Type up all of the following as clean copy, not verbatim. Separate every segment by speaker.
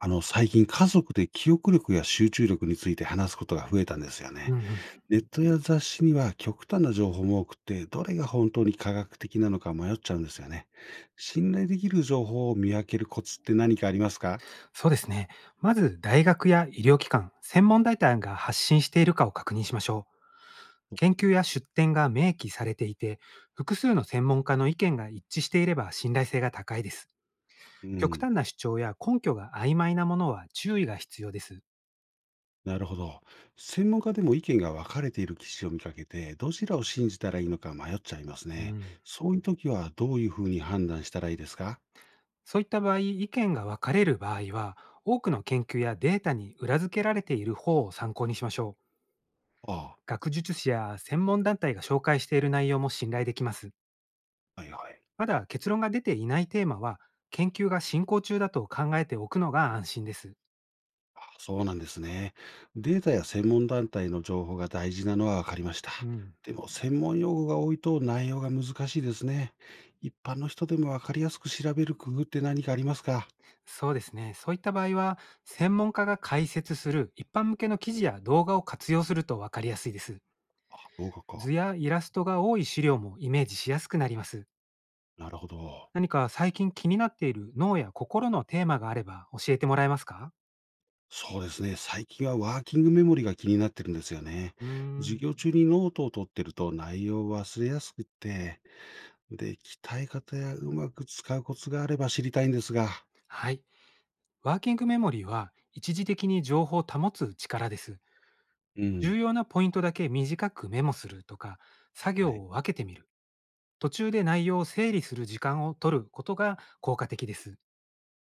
Speaker 1: 最近家族で記憶力や集中力について話すことが増えたんですよね。
Speaker 2: うんうん。
Speaker 1: ネットや雑誌には極端な情報も多くて、どれが本当に科学的なのか迷っちゃうんですよね。信頼できる情報を見分けるコツって何かありますか？
Speaker 2: そうですね。まず、大学や医療機関、専門団体が発信しているかを確認しましょう。研究や出典が明記されていて、複数の専門家の意見が一致していれば信頼性が高いです。
Speaker 1: う
Speaker 2: 極
Speaker 1: ん。
Speaker 2: 端な主張や根拠が曖昧なものは注意が必要です。
Speaker 1: なるほど。専門家でも意見が分かれている記事を見かけて、どちらを信じたらいいのか迷っちゃいます
Speaker 2: う
Speaker 1: ね。
Speaker 2: ん。
Speaker 1: そういう時はどういうふうに判断したらいいですか？
Speaker 2: そういった場合、意見が分かれる場合は、多くの研究やデータに裏付けられている方を参考にしましょう。
Speaker 1: あ
Speaker 2: 学術誌や専門団体が紹介している内容も信頼できます。
Speaker 1: あ、はいはい。
Speaker 2: まだ結論が出ていないテーマは、研究が進行中だと考えておくのが安心です。
Speaker 1: あ、そうなんですね。データや専門団体の情報が大事なのは分かりました。
Speaker 2: うん。
Speaker 1: でも、専門用語が多いと内容が難しいですね。一般の人でも分かりやすく調べる工夫って何かありますか？
Speaker 2: そうですね。そういった場合は、専門家が解説する一般向けの記事や動画を活用するとわかりやすいです。
Speaker 1: 動画か。
Speaker 2: 図やイラストが多い資料もイメージしやすくなります。
Speaker 1: なるほど。
Speaker 2: 何か最近気になっている脳や心のテーマがあれば教えてもらえますか？
Speaker 1: そうですね。最近はワーキングメモリが気になってるんですよね。
Speaker 2: うー
Speaker 1: 授
Speaker 2: ん。
Speaker 1: 業中にノートを取ってると内容を忘れやすくって、で、鍛え方やうまく使うコツがあれば知りたいんですが。
Speaker 2: はい。ワーキングメモリーは一時的に情報を保つ力です。
Speaker 1: う
Speaker 2: 重
Speaker 1: ん。
Speaker 2: 要なポイントだけ短くメモするとか、作
Speaker 1: は
Speaker 2: 業
Speaker 1: い。
Speaker 2: を分けてみる、途中で内容を整理する時間を取ることが効果的です。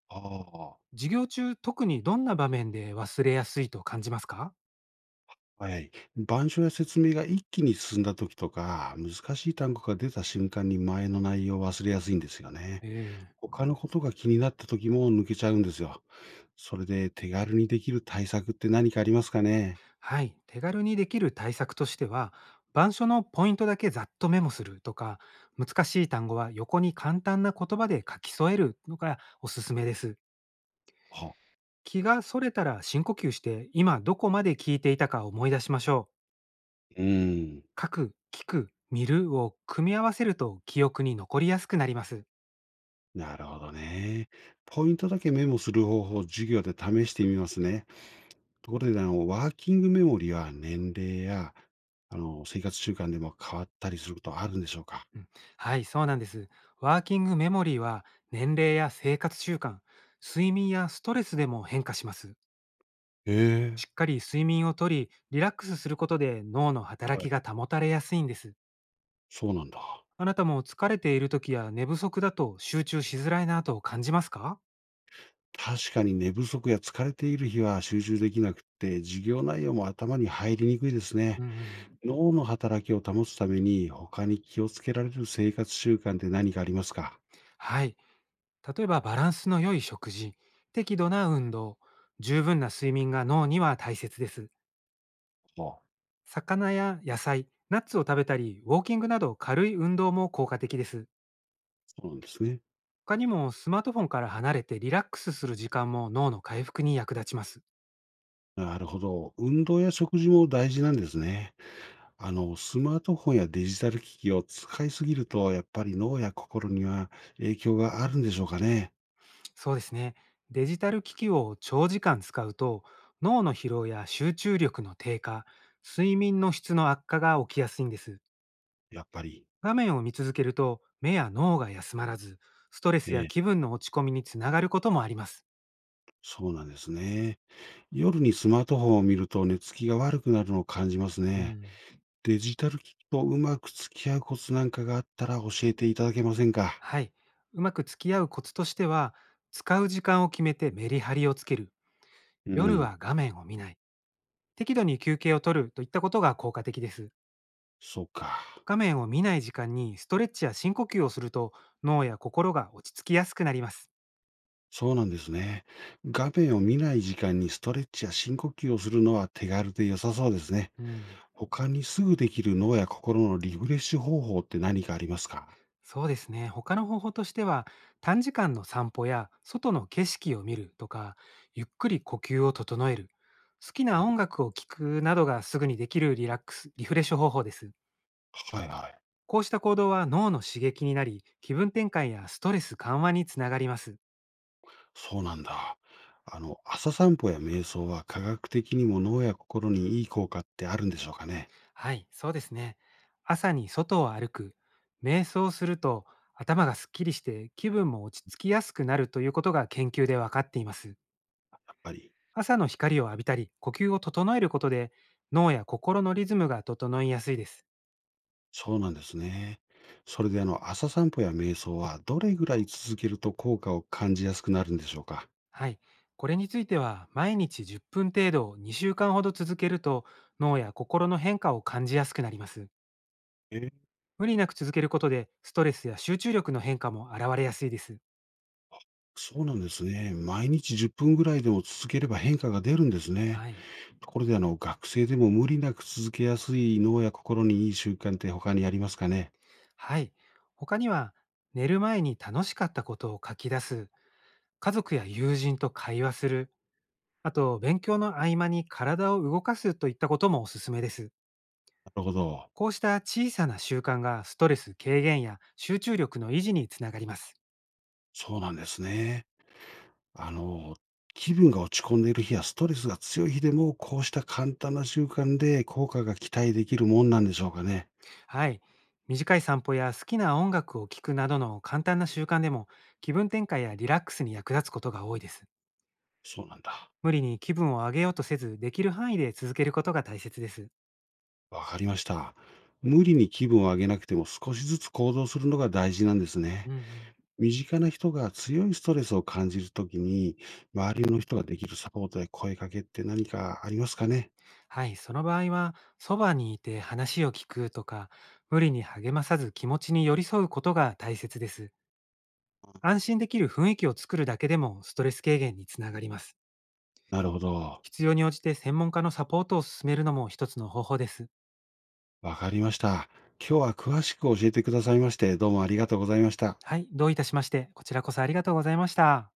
Speaker 1: ああ。
Speaker 2: 授業中、特にどんな場面で忘れやすいと感じますか？
Speaker 1: はい。板書や説明が一気に進んだ時とか、難しい単語が出た瞬間に前の内容を忘れやすいんですよね。
Speaker 2: ええ、
Speaker 1: 他のことが気になった時も抜けちゃうんですよ。それで手軽にできる対策って何かありますかね？
Speaker 2: はい。手軽にできる対策としては、板書のポイントだけざっとメモするとか、難しい単語は横に簡単な言葉で書き添えるのがおすすめです。
Speaker 1: あ、
Speaker 2: 気がそれたら深呼吸して、今どこまで聞いていたか思い出しましょう。
Speaker 1: うん。
Speaker 2: 書く、聞く、見るを組み合わせると記憶に残りやすくなります。
Speaker 1: なるほどね。ポイントだけメモする方法を授業で試してみますね。ところで、ワーキングメモリは年齢や、生活習慣でも変わったりすることあるんでしょうか？
Speaker 2: うん、はい、そうなんです。ワーキングメモリーは年齢や生活習慣、睡眠やストレスでも変化します。
Speaker 1: へえ。
Speaker 2: しっかり睡眠をとり、リラックスすることで脳の
Speaker 1: は
Speaker 2: 働
Speaker 1: い。
Speaker 2: きが保たれやすいんです。
Speaker 1: そうなんだ。
Speaker 2: あなたも疲れている時や寝不足だと集中しづらいなと感じますか？
Speaker 1: 確かに寝不足や疲れている日は集中できなくて、授業内容も頭に入りにくいですね。
Speaker 2: うんうん。
Speaker 1: 脳の働きを保つために、他に気をつけられる生活習慣って何かありますか？
Speaker 2: はい。例えばバランスの良い食事、適度な運動、十分な睡眠が脳には大切です。
Speaker 1: あ、
Speaker 2: 魚や野菜、ナッツを食べたり、ウォーキングなど軽い運動も効果的です。
Speaker 1: そうなんですね。
Speaker 2: 他にもスマートフォンから離れてリラックスする時間も脳の回復に役立ちます。
Speaker 1: なるほど。運動や食事も大事なんですね。スマートフォンやデジタル機器を使いすぎると、やっぱり脳や心には影響があるんでしょうかね。
Speaker 2: そうですね。デジタル機器を長時間使うと、脳の疲労や集中力の低下、睡眠の質の悪化が起きやすいんです。
Speaker 1: やっぱり。
Speaker 2: 画面を見続けると、目や脳が休まらず、ストレス
Speaker 1: え
Speaker 2: や
Speaker 1: え、
Speaker 2: 気分の落ち込みにつながることもあります。
Speaker 1: そうなんですね。夜にスマートフォンを見ると寝つきが悪くなるのを感じます
Speaker 2: う
Speaker 1: ね。
Speaker 2: ん。
Speaker 1: デジタル機器とうまく付き合うコツなんかがあったら教えていただけませんか？
Speaker 2: はい。うまく付き合うコツとしては、使う時間を決めてメリハリをつける、
Speaker 1: う
Speaker 2: 夜
Speaker 1: ん、
Speaker 2: は画面を見ない、適度に休憩を取るといったことが効果的です。
Speaker 1: そうか。
Speaker 2: 画面を見ない時間にストレッチや深呼吸をすると脳や心が落ち着きやすくなります。
Speaker 1: そうなんですね。画面を見ない時間にストレッチや深呼吸をするのは手軽で良さそうですね。
Speaker 2: うん。
Speaker 1: 他にすぐできる脳や心のリフレッシュ方法って何かありますか？
Speaker 2: そうですね。他の方法としては、短時間の散歩や外の景色を見るとか、ゆっくり呼吸を整える、好き
Speaker 1: う
Speaker 2: な音
Speaker 1: ん。
Speaker 2: 楽を聴くなどがすぐにできるリラックス、リフレッシュ方法です。
Speaker 1: はいはい。
Speaker 2: こうした行動は脳の刺激になり、気分転換やストレス緩和につながります。
Speaker 1: そうなんだ。朝散歩や瞑想は科学的にも脳や心にいい効果ってあるんでしょうかね？
Speaker 2: はい、そうですね。朝に外を歩く、瞑想すると頭がすっきりして気分も落ち着きやすくなるということが研究で分かっています。
Speaker 1: やっぱり。
Speaker 2: 朝の光を浴びたり、呼吸を整えることで脳や心のリズムが整いやすいです。
Speaker 1: そうなんですね。それで朝散歩や瞑想はどれぐらい続けると効果を感じやすくなるんでしょうか？
Speaker 2: はい、これについては毎日10分程度2週間ほど続けると脳や心の変化を感じやすくなります。
Speaker 1: えー、
Speaker 2: 無理なく続けることで、ストレスや集中力の変化も現れやすいです。
Speaker 1: そうなんですね。毎日10分ぐらいでも続ければ変化が出るんですね。
Speaker 2: はい。
Speaker 1: ところで学生でも無理なく続けやすい脳や心にいい習慣って他にありますかね？
Speaker 2: はい。他には、寝る前に楽しかったことを書き出す、家族や友人と会話する、あと、勉強の合間に体を動かすといったこともおすすめです。
Speaker 1: なるほど。
Speaker 2: こうした小さな習慣がストレス軽減や集中力の維持につながります。
Speaker 1: そうなんですね。あの、気分が落ち込んでいる日やストレスが強い日でも、こうした簡単な習慣で効果が期待できるもんなんでしょうかね？
Speaker 2: はい。短い散歩や好きな音楽を聴くなどの簡単な習慣でも気分転換やリラックスに役立つことが多いです。
Speaker 1: そうなんだ。
Speaker 2: 無理に気分を上げようとせず、できる範囲で続けることが大切です。
Speaker 1: わかりました。無理に気分を上げなくても少しずつ行動するのが大事なんです
Speaker 2: う
Speaker 1: ね。
Speaker 2: んうん。
Speaker 1: 身近な人が強いストレスを感じるときに、周りの人ができるサポートや声かけって何かありますかね？
Speaker 2: はい、その場合は、そばにいて話を聞くとか、無理に励まさず気持ちに寄り添うことが大切です。安心できる雰囲気を作るだけでもストレス軽減につながります。
Speaker 1: なるほど。
Speaker 2: 必要に応じて専門家のサポートを進めるのも一つの方法です。
Speaker 1: わかりました。今日は詳しく教えてくださいまして、どうもありがとうございました。
Speaker 2: はい、どういたしまして、こちらこそありがとうございました。